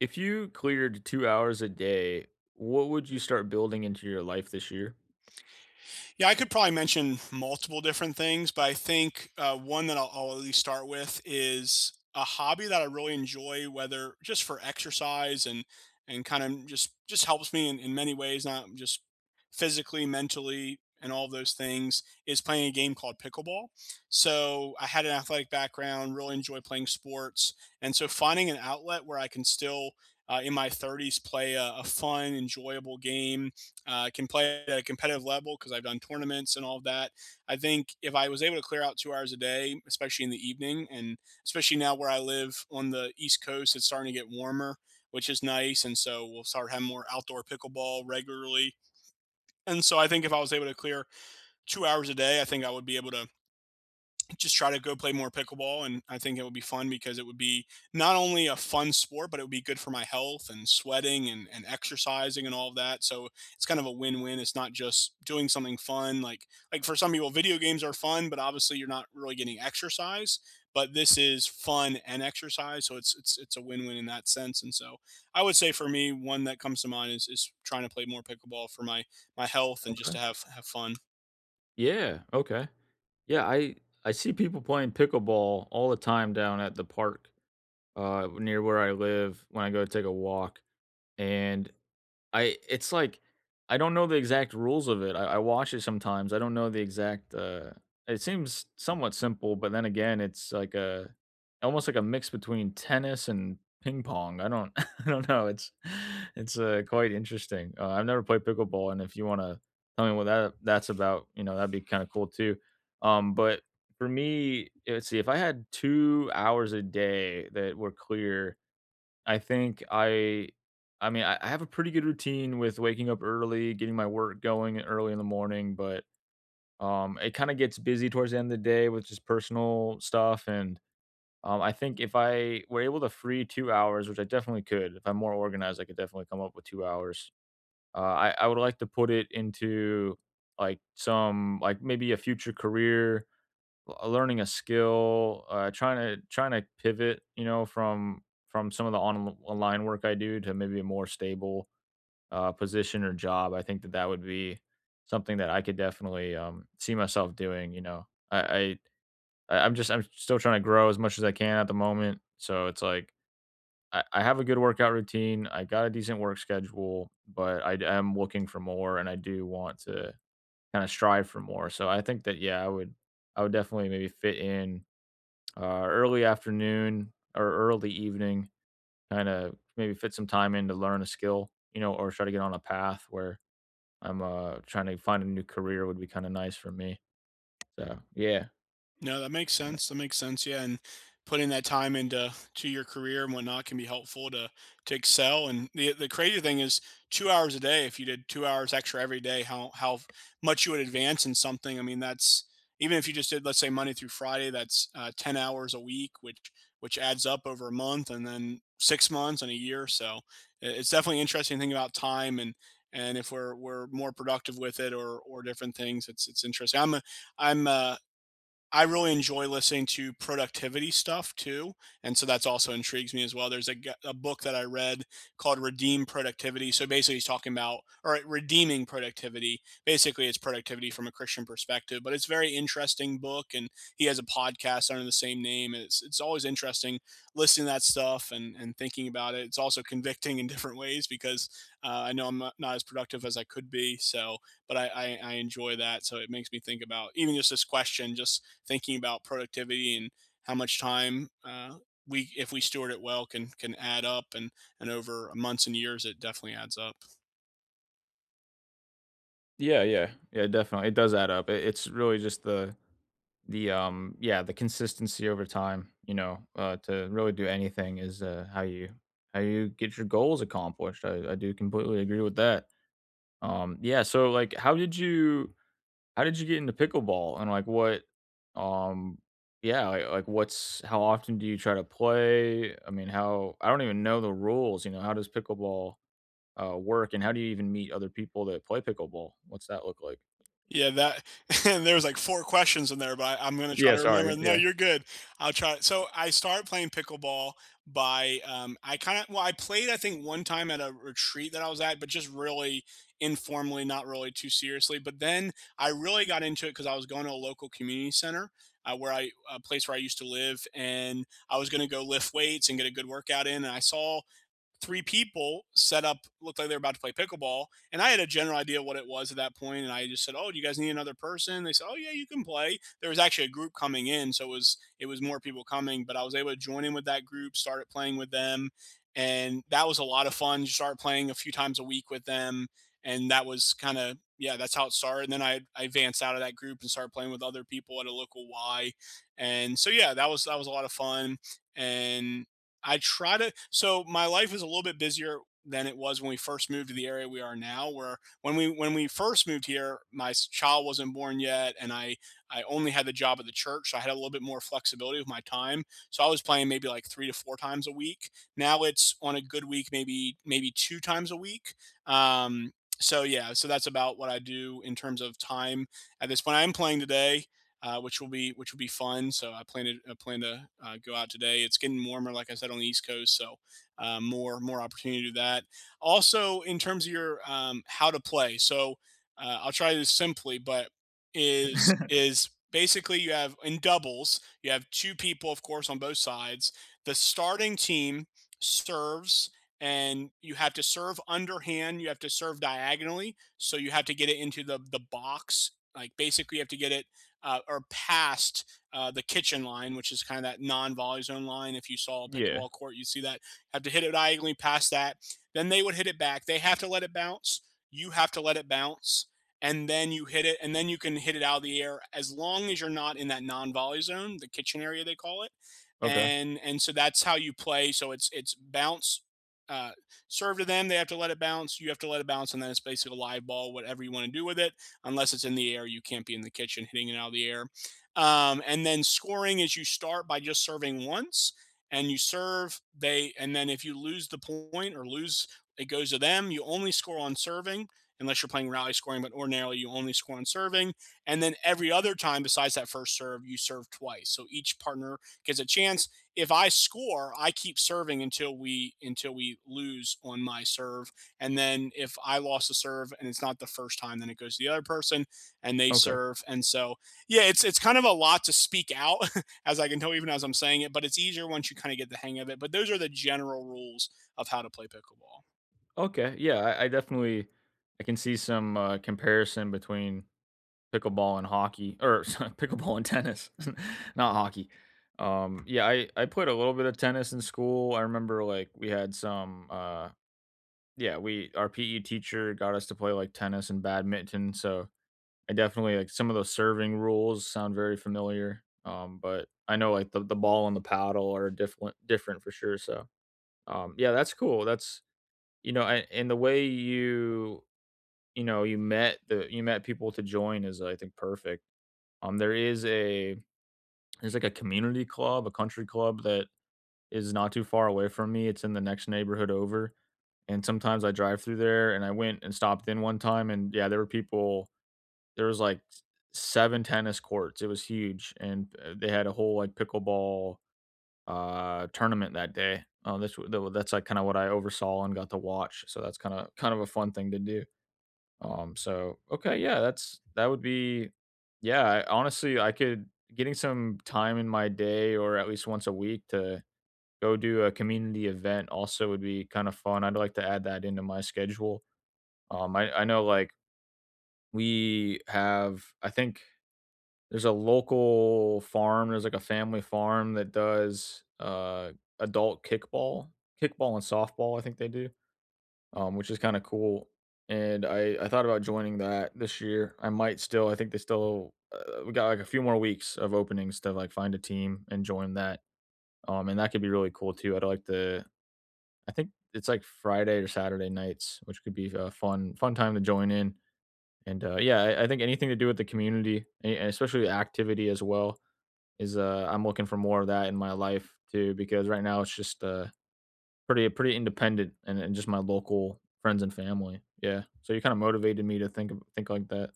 If you cleared 2 hours a day, what would you start building into your life this year? Yeah, I could probably mention multiple different things, but I think one that I'll at least start with is a hobby that I really enjoy, whether just for exercise and kind of just helps me in many ways, not just physically, mentally, and all of those things. Is playing a game called pickleball. So I had an athletic background, really enjoy playing sports, and so finding an outlet where I can still in my 30s play a fun, enjoyable game can play at a competitive level because I've done tournaments and all of that. I think if I was able to clear out 2 hours a day, especially in the evening, and especially now where I live on the East Coast, it's starting to get warmer, which is nice. And so we'll start having more outdoor pickleball regularly. And so I think if I was able to clear 2 hours a day, I think I would be able to just try to go play more pickleball, and I think it would be fun because it would be not only a fun sport, but it would be good for my health and sweating and exercising and all of that. So it's kind of a win-win. It's not just doing something fun. Like for some people, video games are fun, but obviously you're not really getting exercise. But this is fun and exercise. So it's a win-win in that sense. And so I would say for me, one that comes to mind is trying to play more pickleball for my health and just Okay. to have fun. Yeah, okay. Yeah, I see people playing pickleball all the time down at the park, near where I live when I go take a walk, and I it's like I don't know the exact rules of it. I watch it sometimes. I don't know the exact. It seems somewhat simple, but then again, it's like a almost like a mix between tennis and ping pong. I don't I don't know. It's quite interesting. I've never played pickleball, and if you want to tell me what that's about, that'd be kind of cool too. But for me, let's see. If I had 2 hours a day that were clear, I think I I mean, I have a pretty good routine with waking up early, getting my work going early in the morning, but it kinda gets busy towards the end of the day with just personal stuff, and I think if I were able to free 2 hours, which I definitely could, if I'm more organized, I could definitely come up with 2 hours. I would like to put it into, like, maybe a future career learning a skill, uh, trying to pivot, you know, from some of the online work I do to maybe a more stable position or job. I think that that would be something that I could definitely see myself doing. I'm still trying to grow as much as I can at the moment. So it's like I have a good workout routine. I got a decent work schedule, but I am looking for more, and I do want to kind of strive for more. So I think that yeah, I would definitely maybe fit in early afternoon or early evening, kind of maybe fit some time in to learn a skill, you know, or try to get on a path where I'm trying to find a new career would be kind of nice for me. So yeah, No, that makes sense. That makes sense. Yeah, and putting that time into to your career and whatnot can be helpful to excel. And the crazy thing is, 2 hours a day. If you did 2 hours extra every day, how much you would advance in something. I mean, that's even if you just did, let's say, Monday through Friday. That's 10 hours a week, which adds up over a month, and then 6 months and a year. So it's definitely interesting thing about time and if we're more productive with it or different things. It's interesting. I'm I really enjoy listening to productivity stuff too, and so that's also intrigues me as well. There's a book that I read called Redeem Productivity, so basically he's talking about or redeeming productivity. Basically, it's productivity from a Christian perspective, but it's a very interesting book, and he has a podcast under the same name, and it's always interesting listening to that stuff and thinking about it. It's also convicting in different ways because, I know I'm not as productive as I could be, so but I enjoy that, so it makes me think about even just this question, just thinking about productivity and how much time we, if we steward it well, can add up. And over months and years, it definitely adds up. yeah, yeah, yeah, definitely. It does add up. It's really just the yeah the consistency over time you know to really do anything is how you get your goals accomplished I do completely agree with that yeah so like how did you How did you get into pickleball? And like what um yeah, like what's how often do you try to play? I mean, how I don't even know the rules, you know, how does pickleball work and how do you even meet other people that play pickleball? What's that look like? Yeah, that and there was like 4 questions in there, but I'm gonna try Yeah, to remember sorry. no, Yeah. you're good. I'll try so I started playing pickleball by, I kinda well, I played, I think, one time at a retreat that I was at, but just really informally, not really too seriously, but then I really got into it because I was going to a local community center, where I a place where I used to live, and I was gonna go lift weights and get a good workout in, and I saw three people set up looked like they were about to play pickleball, and I had a general idea what it was at that point. And I just said, oh, do you guys need another person? They said, oh yeah, you can play. There was actually a group coming in, so it was more people coming, but I was able to join in with that group, started playing with them, and that was a lot of fun. You start playing a few times a week with them, and that was kind of yeah, that's how it started. And then I advanced out of that group and started playing with other people at a local Y, and so yeah, that was a lot of fun. And I try to so my life is a little bit busier than it was when we first moved to the area we are now where when we first moved here, child wasn't born yet, and I only had the job at the church, so I had a little bit more flexibility with my time, so I was playing maybe like 3 to 4 times a week. Now it's on a good week maybe maybe 2 times a week. Um, so yeah, so that's about what I do in terms of time. At this point I'm playing today, which will be fun. So I plan to go out today. It's getting warmer, like I said, on the East Coast, so more opportunity to do that. Also, in terms of your how to play, so I'll try this simply, but is basically you have in doubles, you have two people, of course, on both sides. The starting team serves. And you have to serve underhand. You have to serve diagonally. So you have to get it into the box. Like basically, you have to get it or past the kitchen line, which is kind of that non-volley zone line. If you saw a Yeah. pickleball court, you would see that have to hit it diagonally past that. Then they would hit it back. They have to let it bounce. You have to let it bounce, and then you hit it, and then you can hit it out of the air as long as you're not in that non-volley zone, the kitchen area they call it. Okay. And so that's how you play. So it's bounce. Uh, serve to them. They have to let it bounce. You have to let it bounce, and then it's basically a live ball, whatever you want to do with it unless it's in the air, you can't be in the kitchen hitting it out of the air. And then scoring is you start by just serving once, and you serve they and then if you lose the point or lose, it goes to them. You only score on serving unless you're playing rally scoring, but ordinarily you only score on serving. And then every other time besides that first serve, you serve twice, so each partner gets a chance. If I score, I keep serving until we lose on my serve. And then if I lost a serve and it's not the first time, then it goes to the other person, and they Okay. serve. And so, yeah, it's kind of a lot to speak out as I can tell even as I'm saying it, but it's easier once you kind of get the hang of it. But those are the general rules of how to play pickleball. Okay. Yeah, I definitely I can see some comparison between pickleball and hockey or pickleball and tennis, not hockey. Yeah, I played a little bit of tennis in school. I remember like we had some yeah, we our PE teacher got us to play like tennis and badminton, so I definitely like some of those serving rules sound very familiar. But I know like the ball and the paddle are different for sure. So yeah, that's cool. That's you know, and the way you met the you met people to join is I think perfect. Um, there is a there's like a community club, a country club that is not too far away from me. It's in the next neighborhood over, and sometimes I drive through there. And I went and stopped in one time, and yeah, there were people. There was like seven tennis courts. It was huge, and they had a whole like pickleball tournament that day. That's like kind of what I oversaw and got to watch. So that's kind of a fun thing to do. Okay, yeah, that's that would be yeah, I, honestly, I could getting some time in my day or at least once a week to go do a community event also would be kind of fun. I'd like to add that into my schedule. I know like we have I think there's a local farm, there's like a family farm that does adult kickball, kickball and softball, I think they do which is kind of cool. And I thought about joining that this year. I might still. I think they still we got like a few more weeks of openings to like find a team and join that. And that could be really cool too. I'd like to. I think it's like Friday or Saturday nights, which could be a fun time to join in. And yeah, I think anything to do with the community and especially activity as well is I'm looking for more of that in my life too because right now it's just pretty pretty independent and just my local friends and family. Yeah. So you kinda motivated me to think ab think like that.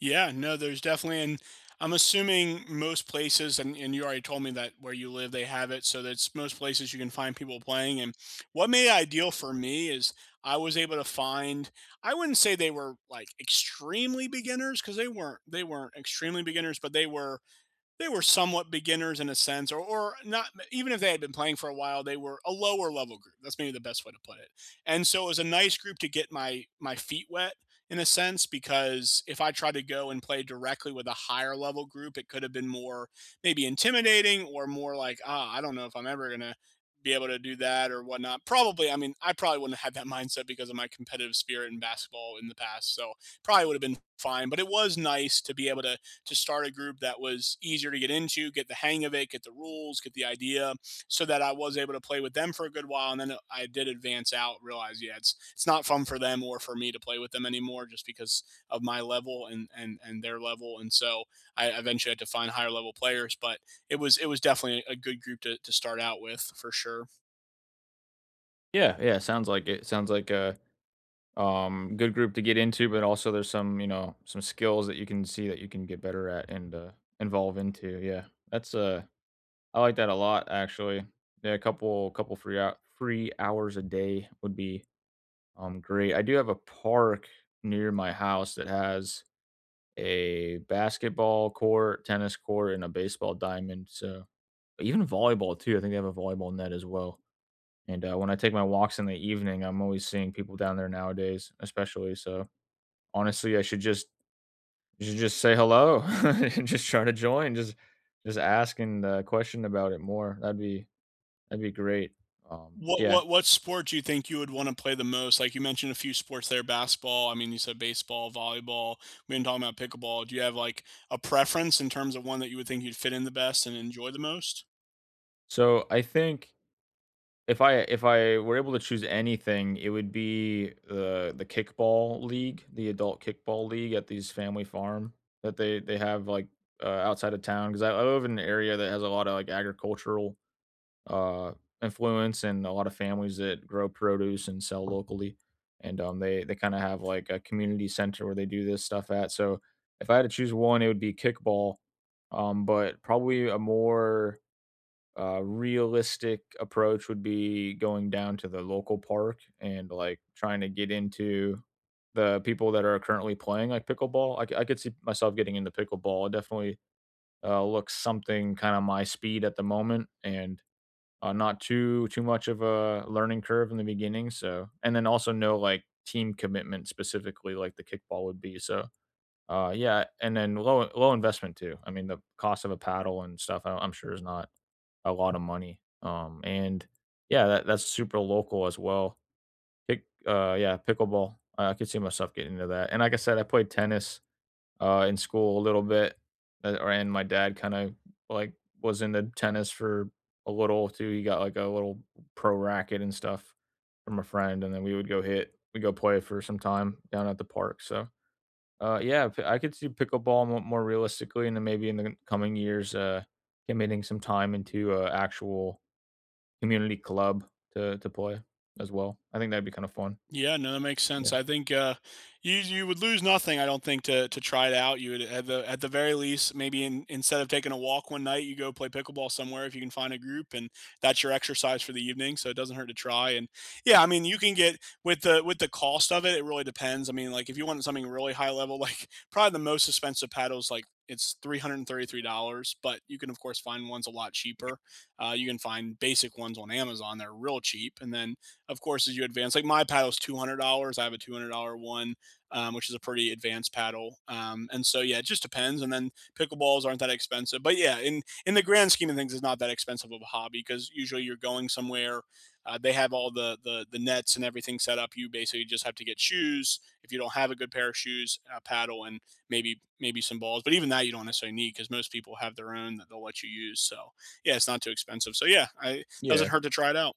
Yeah, no, there's definitely, and I'm assuming most places, and you already told me that where you live, they have it. So that's most places you can find people playing. And what made it ideal for me is I was able to find, I wouldn't say they were like extremely beginners because they weren't extremely beginners, but they were somewhat beginners in a sense, or not, even if they had been playing for a while, they were a lower level group. That's maybe the best way to put it. And so it was a nice group to get my feet wet in a sense, because if I tried to go and play directly with a higher level group, it could have been more maybe intimidating or more like, ah, I don't know if I'm ever going to be able to do that or whatnot. Probably, I mean, I probably wouldn't have had that mindset because of my competitive spirit in basketball in the past. So probably would have been fine, but it was nice to be able to start a group that was easier to get into, get the hang of it, get the rules, get the idea, so that I was able to play with them for a good while. And then I did advance out, realize, yeah, it's not fun for them or for me to play with them anymore just because of my level and and their level. And so I eventually had to find higher level players. But it was definitely a good group to start out with for sure. Yeah, yeah, sounds like it. Sounds like a, good group to get into, but also there's some, you know, some skills that you can see that you can get better at and, evolve into, yeah. That's, I like that a lot, actually. Yeah, a couple free hours a day would be, great. I do have a park near my house that has a basketball court, tennis court, and a baseball diamond. So even volleyball too. I think they have a volleyball net as well. And when I take my walks in the evening, I'm always seeing people down there nowadays, especially. So honestly, I should just you should just say hello and just try to join. Just ask and question about it more. That'd be great. What Yeah. what what sport do you think you would wanna play the most? Like, you mentioned a few sports there, basketball, I mean, you said baseball, volleyball, we've been talking about pickleball. Do you have, like, a preference in terms of one that you would think you'd fit in the best and enjoy the most? So I think if I were able to choose anything, it would be the kickball league, the adult kickball league at these family farm that they have, like, outside of town, 'cause I live in an area that has a lot of like, agricultural, uh, influence and a lot of families that grow produce and sell locally, and, they kinda have, like, a community center where they do this stuff at, so if I had to choose one, it would be kickball, but probably a more realistic approach would be going down to the local park and like trying to get into the people that are currently playing like pickleball. I could see myself getting into pickleball. It definitely looks something kind of my speed at the moment and not too much of a learning curve in the beginning. So and then also no like team commitment specifically like the kickball would be. So yeah, and then low low investment too. I mean, the cost of a paddle and stuff, I'm sure is not a lot of money. And yeah, that's super local as well. Yeah, pickleball. I could see myself getting into that. And like I said, I played tennis in school a little bit, or and my dad kind of like was into tennis for a little too. He got like a little pro racket and stuff from a friend, and then we go play for some time down at the park. So I could see pickleball more realistically, and then maybe in the coming years, committing some time into a actual community club to play as well. I think that'd be kind of fun. Yeah, no, that makes Yeah, sense. I think you would lose nothing. I don't think to try it out. You would at the very least maybe instead of taking a walk one night, you go play pickleball somewhere if you can find a group, and that's your exercise for the evening. So it doesn't hurt to try. And yeah, I mean you can get with the cost of it. It really depends. I mean, like if you want something really high level, like probably the most expensive paddles like. It's $333, but you can of course find ones a lot cheaper. You can find basic ones on Amazon; they're real cheap. And then of course, as you advance, like my paddle is $200. I have a $200 one, which is a pretty advanced paddle. And so yeah, it just depends. And then pickleballs aren't that expensive, but yeah, in the grand scheme of things, it's not that expensive of a hobby because usually you're going somewhere. They have all the nets and everything set up. You basically just have to get shoes. If you don't have a good pair of shoes, a paddle, and maybe some balls. But even that you don't necessarily need because most people have their own that they'll let you use. So yeah, it's not too expensive. So yeah, I it doesn't yeah. hurt to try it out.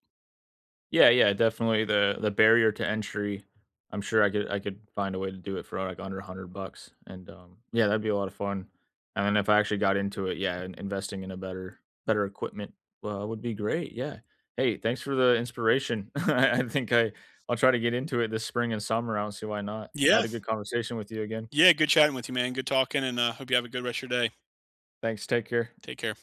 Yeah, yeah, definitely the barrier to entry, I could find a way to do it for, like, under 100 bucks, and, yeah, that'd be a lot of fun, and then if I actually got into it, yeah, in investing in a better equipment, would be great, yeah. Hey, thanks for the inspiration. I think I'll try to get into it this spring and summer, I don't see why not. I had Yeah, a good conversation with you again. Yeah, good chatting with you, man. Good talking, and hope you have a good rest of your day. Thanks, take care. Take care.